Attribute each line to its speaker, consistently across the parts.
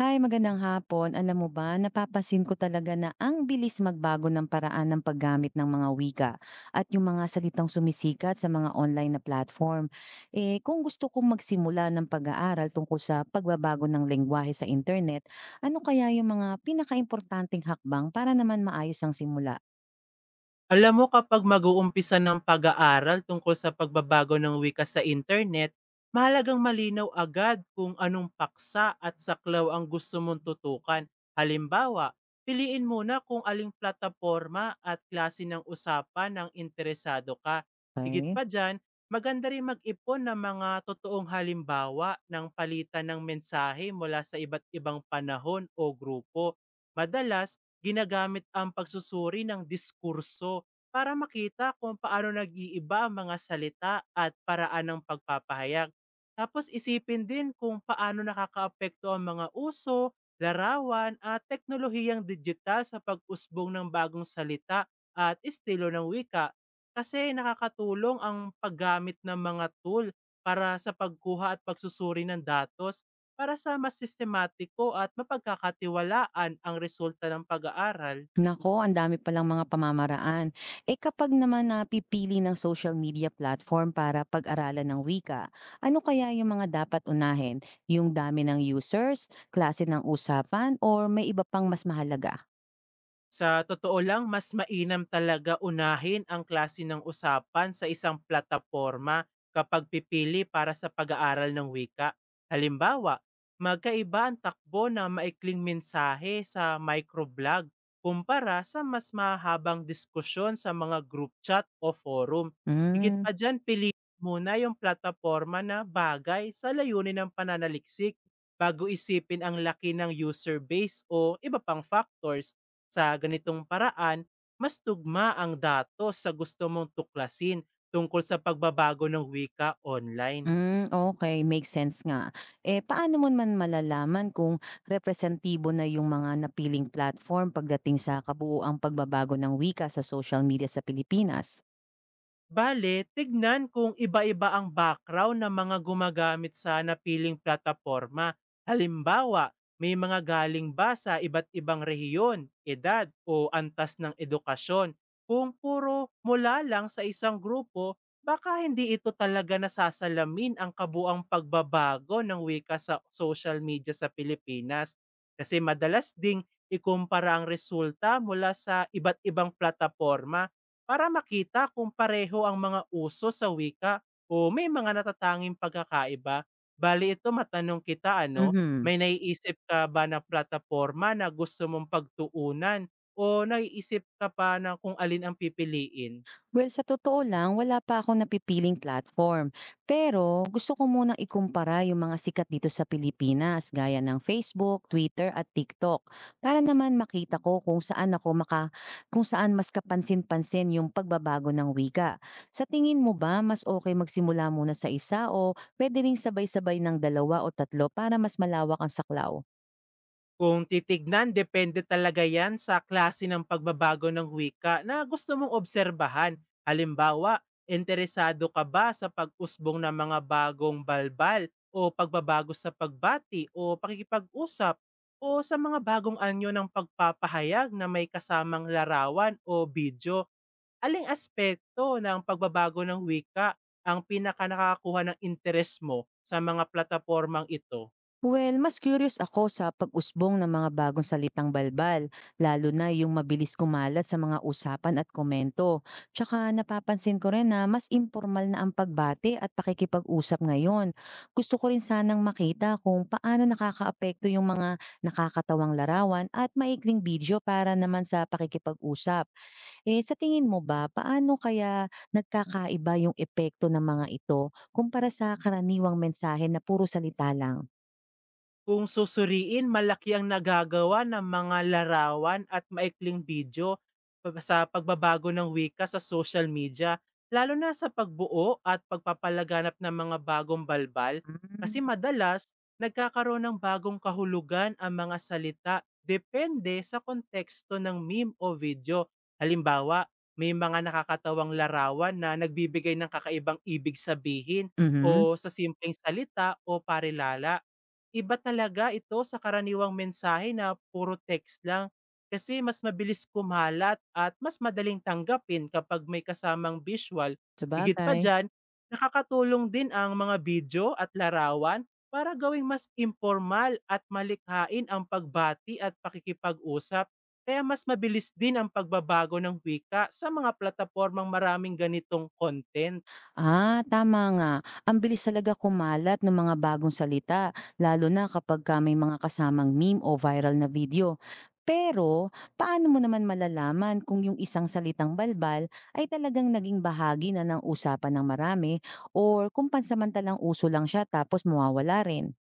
Speaker 1: Hi, magandang hapon. Alam mo ba, napapansin ko talaga na ang bilis magbago ng paraan ng paggamit ng mga wika at yung mga salitang sumisikat sa mga online na platform. Eh, kung gusto kong magsimula ng pag-aaral tungkol sa pagbabago ng lengguwahe sa internet, ano kaya yung mga pinakaimportanteng hakbang para naman maayos ang simula?
Speaker 2: Alam mo, kapag mag-uumpisa ng pag-aaral tungkol sa pagbabago ng wika sa internet, mahalagang malinaw agad kung anong paksa at saklaw ang gusto mong tutukan. Halimbawa, piliin muna kung aling plataforma at klase ng usapan ang interesado ka. Higit
Speaker 1: Okay?
Speaker 2: pa dyan, maganda rin mag-ipon ng mga totoong halimbawa ng palitan ng mensahe mula sa iba't ibang panahon o grupo. Madalas, ginagamit ang pagsusuri ng diskurso para makita kung paano nag-iiba ang mga salita at paraan ng pagpapahayag. Tapos, isipin din kung paano nakakaapekto ang mga uso, larawan at teknolohiyang digital sa pag-usbong ng bagong salita at estilo ng wika, kasi nakakatulong ang paggamit ng mga tool para sa pagkuha at pagsusuri ng datos para sa mas sistematiko at mapagkakatiwalaan ang resulta ng pag-aaral.
Speaker 1: Naku, ang dami palang mga pamamaraan. Eh kapag naman napipili ng social media platform para pag-aralan ng wika, ano kaya yung mga dapat unahin? Yung dami ng users, klase ng usapan, or may iba pang mas mahalaga?
Speaker 2: Sa totoo lang, mas mainam talaga unahin ang klase ng usapan sa isang plataporma kapag pipili para sa pag-aaral ng wika. Halimbawa, magkaiba ang takbo ng maikling mensahe sa microblog kumpara sa mas mahabang diskusyon sa mga group chat o forum. Higit
Speaker 1: Mm,
Speaker 2: pa dyan, piliin muna yung plataporma na bagay sa layunin ng pananaliksik bago isipin ang laki ng user base o iba pang factors. Sa ganitong paraan, mas tugma ang datos sa gusto mong tuklasin tungkol sa pagbabago ng wika online.
Speaker 1: mm, okay, makes sense nga. Eh paano mo man malalaman kung representibo na yung mga napiling platform pagdating sa kabuuang pagbabago ng wika sa social media sa Pilipinas?
Speaker 2: Bale, tignan kung iba-iba ang background ng mga gumagamit sa napiling plataporma. Halimbawa, may mga galing ba sa iba't ibang rehiyon, edad o antas ng edukasyon? Kung puro mula lang sa isang grupo, baka hindi ito talaga nasasalamin ang kabuang pagbabago ng wika sa social media sa Pilipinas. Kasi madalas ding ikumpara ang resulta mula sa iba't ibang plataporma para makita kung pareho ang mga uso sa wika o may mga natatanging pagkakaiba. Bali ito, matanong kita, ano,
Speaker 1: Mhm.
Speaker 2: may naiisip ka ba na plataforma na gusto mong pagtuunan o naiisip ka pa na kung alin ang pipiliin?
Speaker 1: Well, sa totoo lang, wala pa akong napipiling platform. Pero gusto ko munang ikumpara yung mga sikat dito sa Pilipinas gaya ng Facebook, Twitter at TikTok para naman makita ko kung saan mas kapansin-pansin yung pagbabago ng wika. Sa tingin mo ba mas okay magsimula muna sa isa o pwede ring sabay-sabay ng dalawa o tatlo para mas malawak ang saklaw?
Speaker 2: Kung titignan, depende talaga yan sa klase ng pagbabago ng wika na gusto mong obserbahan. Halimbawa, interesado ka ba sa pag-usbong ng mga bagong balbal o pagbabago sa pagbati o pakikipag-usap, o sa mga bagong anyo ng pagpapahayag na may kasamang larawan o video? Aling aspekto ng pagbabago ng wika ang pinaka nakakakuha ng interes mo sa mga platapormang ito?
Speaker 1: Well, mas curious ako sa pag-usbong ng mga bagong salitang balbal, lalo na yung mabilis kumalat sa mga usapan at komento. Tsaka napapansin ko rin na mas informal na ang pagbate at pakikipag-usap ngayon. Gusto ko rin sanang makita kung paano nakakaapekto yung mga nakakatawang larawan at maikling video para naman sa pakikipag-usap. Eh, sa tingin mo ba, paano kaya nagkakaiba yung epekto ng mga ito kumpara sa karaniwang mensahe na puro salita lang?
Speaker 2: Kung susuriin, malaki ang nagagawa ng mga larawan at maikling video pa sa pagbabago ng wika sa social media, lalo na sa pagbuo at pagpapalaganap ng mga bagong balbal,
Speaker 1: Hmm,
Speaker 2: kasi madalas nagkakaroon ng bagong kahulugan ang mga salita depende sa konteksto ng meme o video. Halimbawa, may mga nakakatawang larawan na nagbibigay ng kakaibang ibig sabihin
Speaker 1: mhm,
Speaker 2: o sa simpleng salita o parilala. Iba talaga ito sa karaniwang mensahe na puro text lang, kasi mas mabilis kumalat at mas madaling tanggapin kapag may kasamang visual. Higit pa
Speaker 1: sabagay.
Speaker 2: dyan, nakakatulong din ang mga video at larawan para gawing mas informal at malikhain ang pagbati at pakikipag-usap. Kaya mas mabilis din ang pagbabago ng wika sa mga platapormang maraming ganitong content.
Speaker 1: Ah, tama nga. Ang bilis talaga kumalat ng mga bagong salita, lalo na kapagka may mga kasamang meme o viral na video. Pero, paano mo naman malalaman kung yung isang salitang balbal ay talagang naging bahagi na ng usapan ng marami or kung pansamantalang uso lang siya tapos mawawala rin?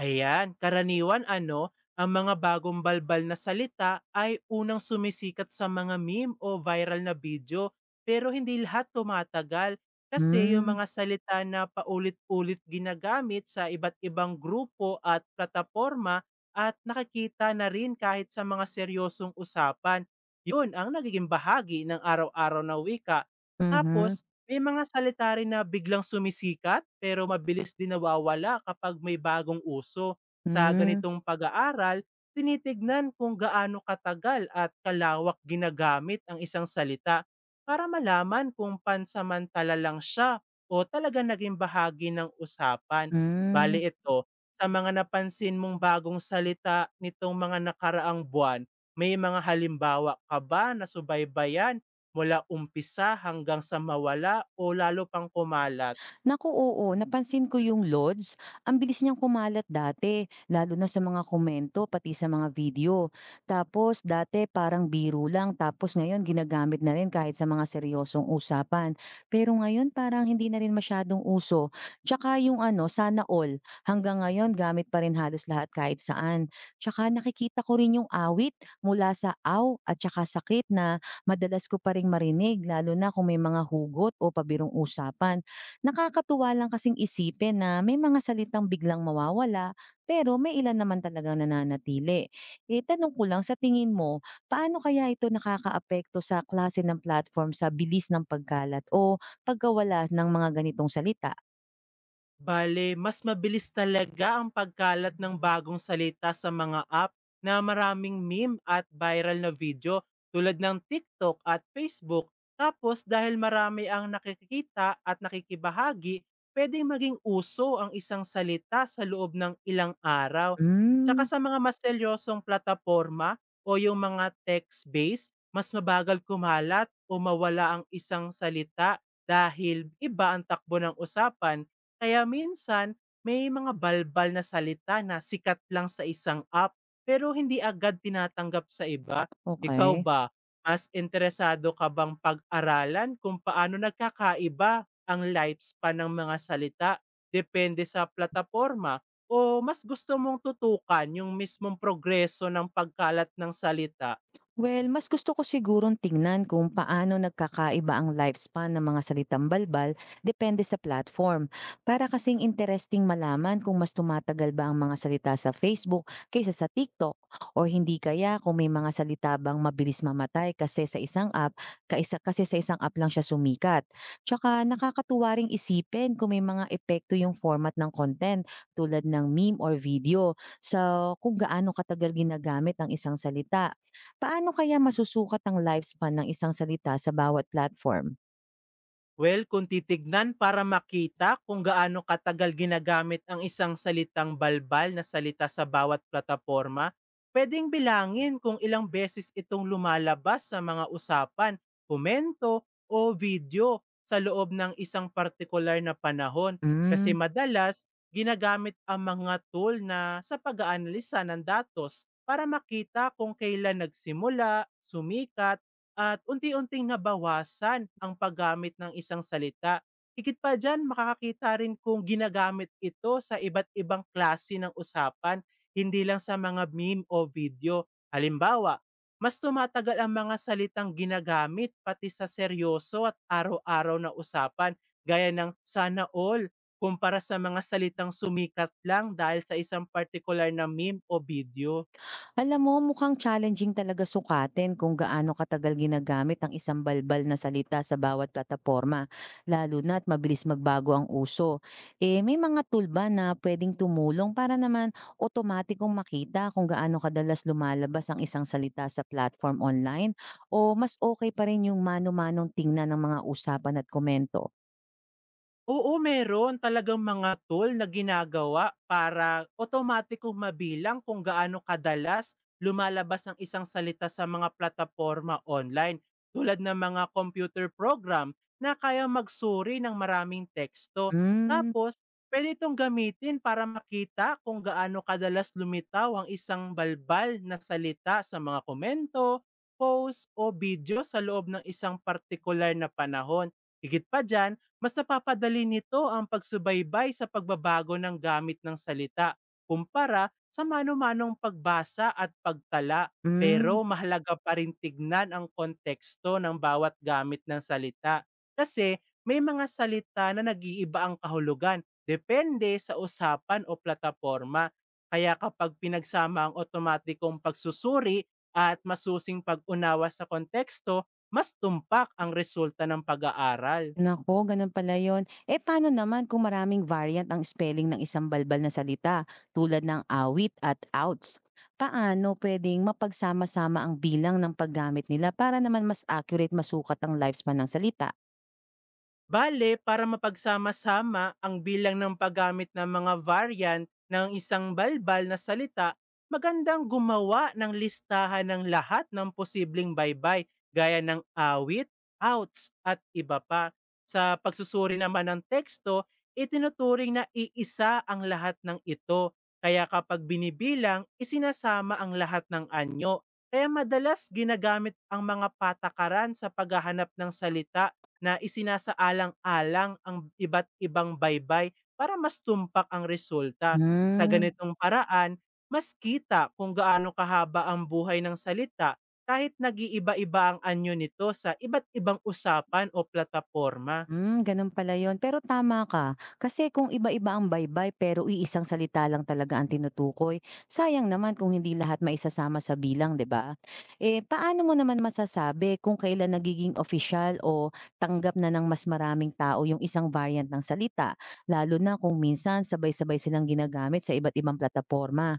Speaker 2: Ayan, karaniwan, ano, ang mga bagong balbal na salita ay unang sumisikat sa mga meme o viral na video, pero hindi lahat tumatagal, kasi yung
Speaker 1: Hmm,
Speaker 2: mga salita na paulit-ulit ginagamit sa iba't ibang grupo at plataforma at nakikita na rin kahit sa mga seryosong usapan, yun ang nagiging bahagi ng araw-araw na wika.
Speaker 1: mhm,
Speaker 2: Tapos, may mga salita rin na biglang sumisikat pero mabilis din nawawala kapag may bagong uso. Sa
Speaker 1: hmm,
Speaker 2: ganitong pag-aaral, tinitignan kung gaano katagal at kalawak ginagamit ang isang salita para malaman kung pansamantala lang siya o talaga naging bahagi ng usapan.
Speaker 1: hmm.
Speaker 2: Bali ito, sa mga napansin mong bagong salita nitong mga nakaraang buwan, may mga halimbawa ka ba na subaybayan mula umpisa hanggang sa mawala o lalo pang kumalat?
Speaker 1: Naku, oo. Napansin ko yung Lods, ang bilis niyang kumalat dati, lalo na sa mga komento, pati sa mga video. Tapos dati parang biro lang, tapos ngayon ginagamit na rin kahit sa mga seryosong usapan. Pero ngayon parang hindi na rin masyadong uso. Tsaka yung ano, sana all, hanggang ngayon gamit pa rin halos lahat kahit saan. Tsaka nakikita ko rin yung awit mula sa aw at tsaka sakit na madalas ko pa rin marinig, lalo na kung may mga hugot o pabirong usapan. Nakakatuwa lang kasing isipin na may mga salitang biglang mawawala, pero may ilan naman talagang nananatili. Eh, tanong ko lang, sa tingin mo, paano kaya ito nakakaapekto sa klase ng platform sa bilis ng pagkalat o pagkawala ng mga ganitong salita?
Speaker 2: Bale, mas mabilis talaga ang pagkalat ng bagong salita sa mga app na maraming meme at viral na video tulad ng TikTok at Facebook. Tapos, dahil marami ang nakikita at nakikibahagi, pwedeng maging uso ang isang salita sa loob ng ilang araw.
Speaker 1: Hmm,
Speaker 2: Tsaka sa mga mas seryosong plataforma o yung mga text-based, mas mabagal kumalat o mawala ang isang salita dahil iba ang takbo ng usapan. Kaya minsan, may mga balbal na salita na sikat lang sa isang app, pero hindi agad tinatanggap sa iba. Ikaw
Speaker 1: okey.
Speaker 2: ba, mas interesado ka bang pag-aralan kung paano nagkakaiba ang lifespan ng mga salita depende sa plataporma? O mas gusto mong tutukan yung mismong progreso ng pagkalat ng salita?
Speaker 1: Well, mas gusto ko sigurong tingnan kung paano nagkakaiba ang lifespan ng mga salitang balbal depende sa platform. Para kasing interesting malaman kung mas tumatagal ba ang mga salita sa Facebook kaysa sa TikTok o hindi kaya kung may mga salita bang mabilis mamatay kasi sa isang app lang siya sumikat. Tsaka nakakatuwa ring isipin kung may mga epekto yung format ng content tulad ng meme or video sa kung gaano katagal ginagamit ang isang salita. Paano kaya masusukat ang lifespan ng isang salita sa bawat platform?
Speaker 2: Well, kung titignan para makita kung gaano katagal ginagamit ang isang salitang balbal na salita sa bawat plataporma, pwedeng bilangin kung ilang beses itong lumalabas sa mga usapan, komento, o video sa loob ng isang partikular na panahon.
Speaker 1: Hmm,
Speaker 2: Kasi madalas, ginagamit ang mga tool na sa pag-aanalisa ng datos para makita kung kailan nagsimula, sumikat, at unti-unting nabawasan ang paggamit ng isang salita. Higit pa diyan, makakakita rin kung ginagamit ito sa iba't ibang klase ng usapan, hindi lang sa mga meme o video. Halimbawa, mas tumatagal ang mga salitang ginagamit pati sa seryoso at araw-araw na usapan gaya ng sana all kumpara sa mga salitang sumikat lang dahil sa isang particular na meme o video.
Speaker 1: alam mo mukhang challenging talaga sukatin kung gaano katagal ginagamit ang isang balbal na salita sa bawat plataporma, lalo na't mabilis magbago ang uso. Eh, may mga tool ba na pwedeng tumulong para naman otomatikong makita kung gaano kadalas lumalabas ang isang salita sa platform online? O mas okay pa rin yung mano-manong tingnan ng mga usapan at komento?
Speaker 2: Oo, meron talagang mga tool na ginagawa para otomatikong mabilang kung gaano kadalas lumalabas ang isang salita sa mga plataporma online, tulad ng mga computer program na kaya magsuri ng maraming teksto.
Speaker 1: Hmm,
Speaker 2: Tapos, pwede itong gamitin para makita kung gaano kadalas lumitaw ang isang balbal na salita sa mga komento, post o video sa loob ng isang partikular na panahon. Higit pa dyan, mas napapadali nito ang pagsubaybay sa pagbabago ng gamit ng salita kumpara sa mano-manong pagbasa at pagtala.
Speaker 1: hmm.
Speaker 2: Pero mahalaga pa rin tignan ang konteksto ng bawat gamit ng salita, kasi may mga salita na nag-iiba ang kahulugan depende sa usapan o plataporma. Kaya kapag pinagsama ang otomatikong pagsusuri at masusing pag-unawa sa konteksto, mas tumpak ang resulta ng pag-aaral.
Speaker 1: Naku, ganun pala yun. Eh, paano naman kung maraming variant ang spelling ng isang balbal na salita tulad ng awit at outs? Paano pwedeng mapagsama-sama ang bilang ng paggamit nila para naman mas accurate masukat ang lifespan ng salita?
Speaker 2: Bale, para mapagsama-sama ang bilang ng paggamit ng mga variant ng isang balbal na salita, magandang gumawa ng listahan ng lahat ng posibleng baybay gaya ng awit, outs, at iba pa. Sa pagsusuri naman ng teksto, itinuturing na iisa ang lahat ng ito. Kaya kapag binibilang, isinasama ang lahat ng anyo. Kaya madalas ginagamit ang mga patakaran sa paghahanap ng salita na isinasaalang-alang ang iba't ibang baybay para mas tumpak ang resulta. Sa
Speaker 1: Hmm.
Speaker 2: ganitong paraan, mas kita kung gaano kahaba ang buhay ng salita kahit nag-iiba-iba ang anyo nito sa iba't ibang usapan o plataporma.
Speaker 1: Hmm, ganun pala yun. Pero tama ka. Kasi kung iba-iba ang baybay pero iisang salita lang talaga ang tinutukoy, sayang naman kung hindi lahat maisasama sa bilang, 'di ba? Eh paano mo naman masasabi kung kailan nagiging official o tanggap na ng mas maraming tao yung isang variant ng salita, lalo na kung minsan sabay-sabay silang ginagamit sa iba't ibang plataforma.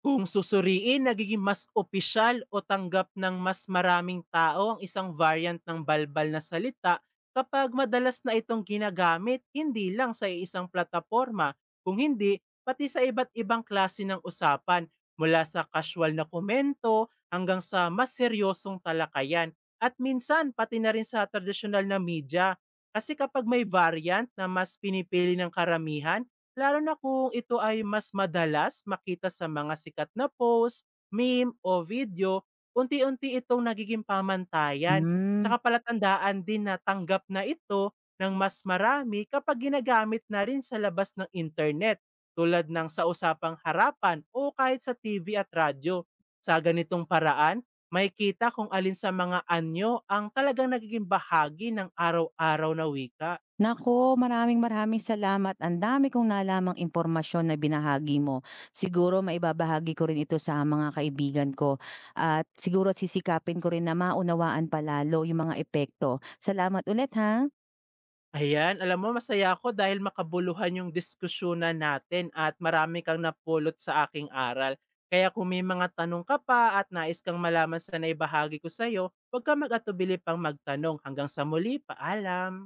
Speaker 2: Kung susuriin, nagiging mas opisyal o tanggap ng mas maraming tao ang isang variant ng balbal na salita kapag madalas na itong ginagamit hindi lang sa isang plataporma, kung hindi, pati sa iba't ibang klase ng usapan mula sa casual na komento hanggang sa mas seryosong talakayan at minsan pati na rin sa tradisyonal na media. Kasi kapag may variant na mas pinipili ng karamihan, lalo na kung ito ay mas madalas makita sa mga sikat na post, meme o video, unti-unti itong nagiging pamantayan.
Speaker 1: Hmm.
Speaker 2: Tsaka palatandaan din na tanggap na ito ng mas marami kapag ginagamit na rin sa labas ng internet, tulad ng sa usapang harapan o kahit sa TV at radyo. Sa ganitong paraan, may kita kung alin sa mga anyo ang talagang nagiging bahagi ng araw-araw na wika.
Speaker 1: Nako, maraming maraming salamat. Ang dami kong nalamang impormasyon na binahagi mo. Siguro maibabahagi ko rin ito sa mga kaibigan ko at siguro sisikapin ko rin na maunawaan palalo yung mga epekto. Salamat ulit ha.
Speaker 2: Ayan, alam mo, masaya ako dahil makabuluhan yung diskusyonan natin at marami kang napulot sa aking aral. Kaya kung may mga tanong ka pa at nais kang malaman sa naibahagi ko sa'yo, huwag kang mag-atubili pang magtanong. Hanggang sa muli, paalam!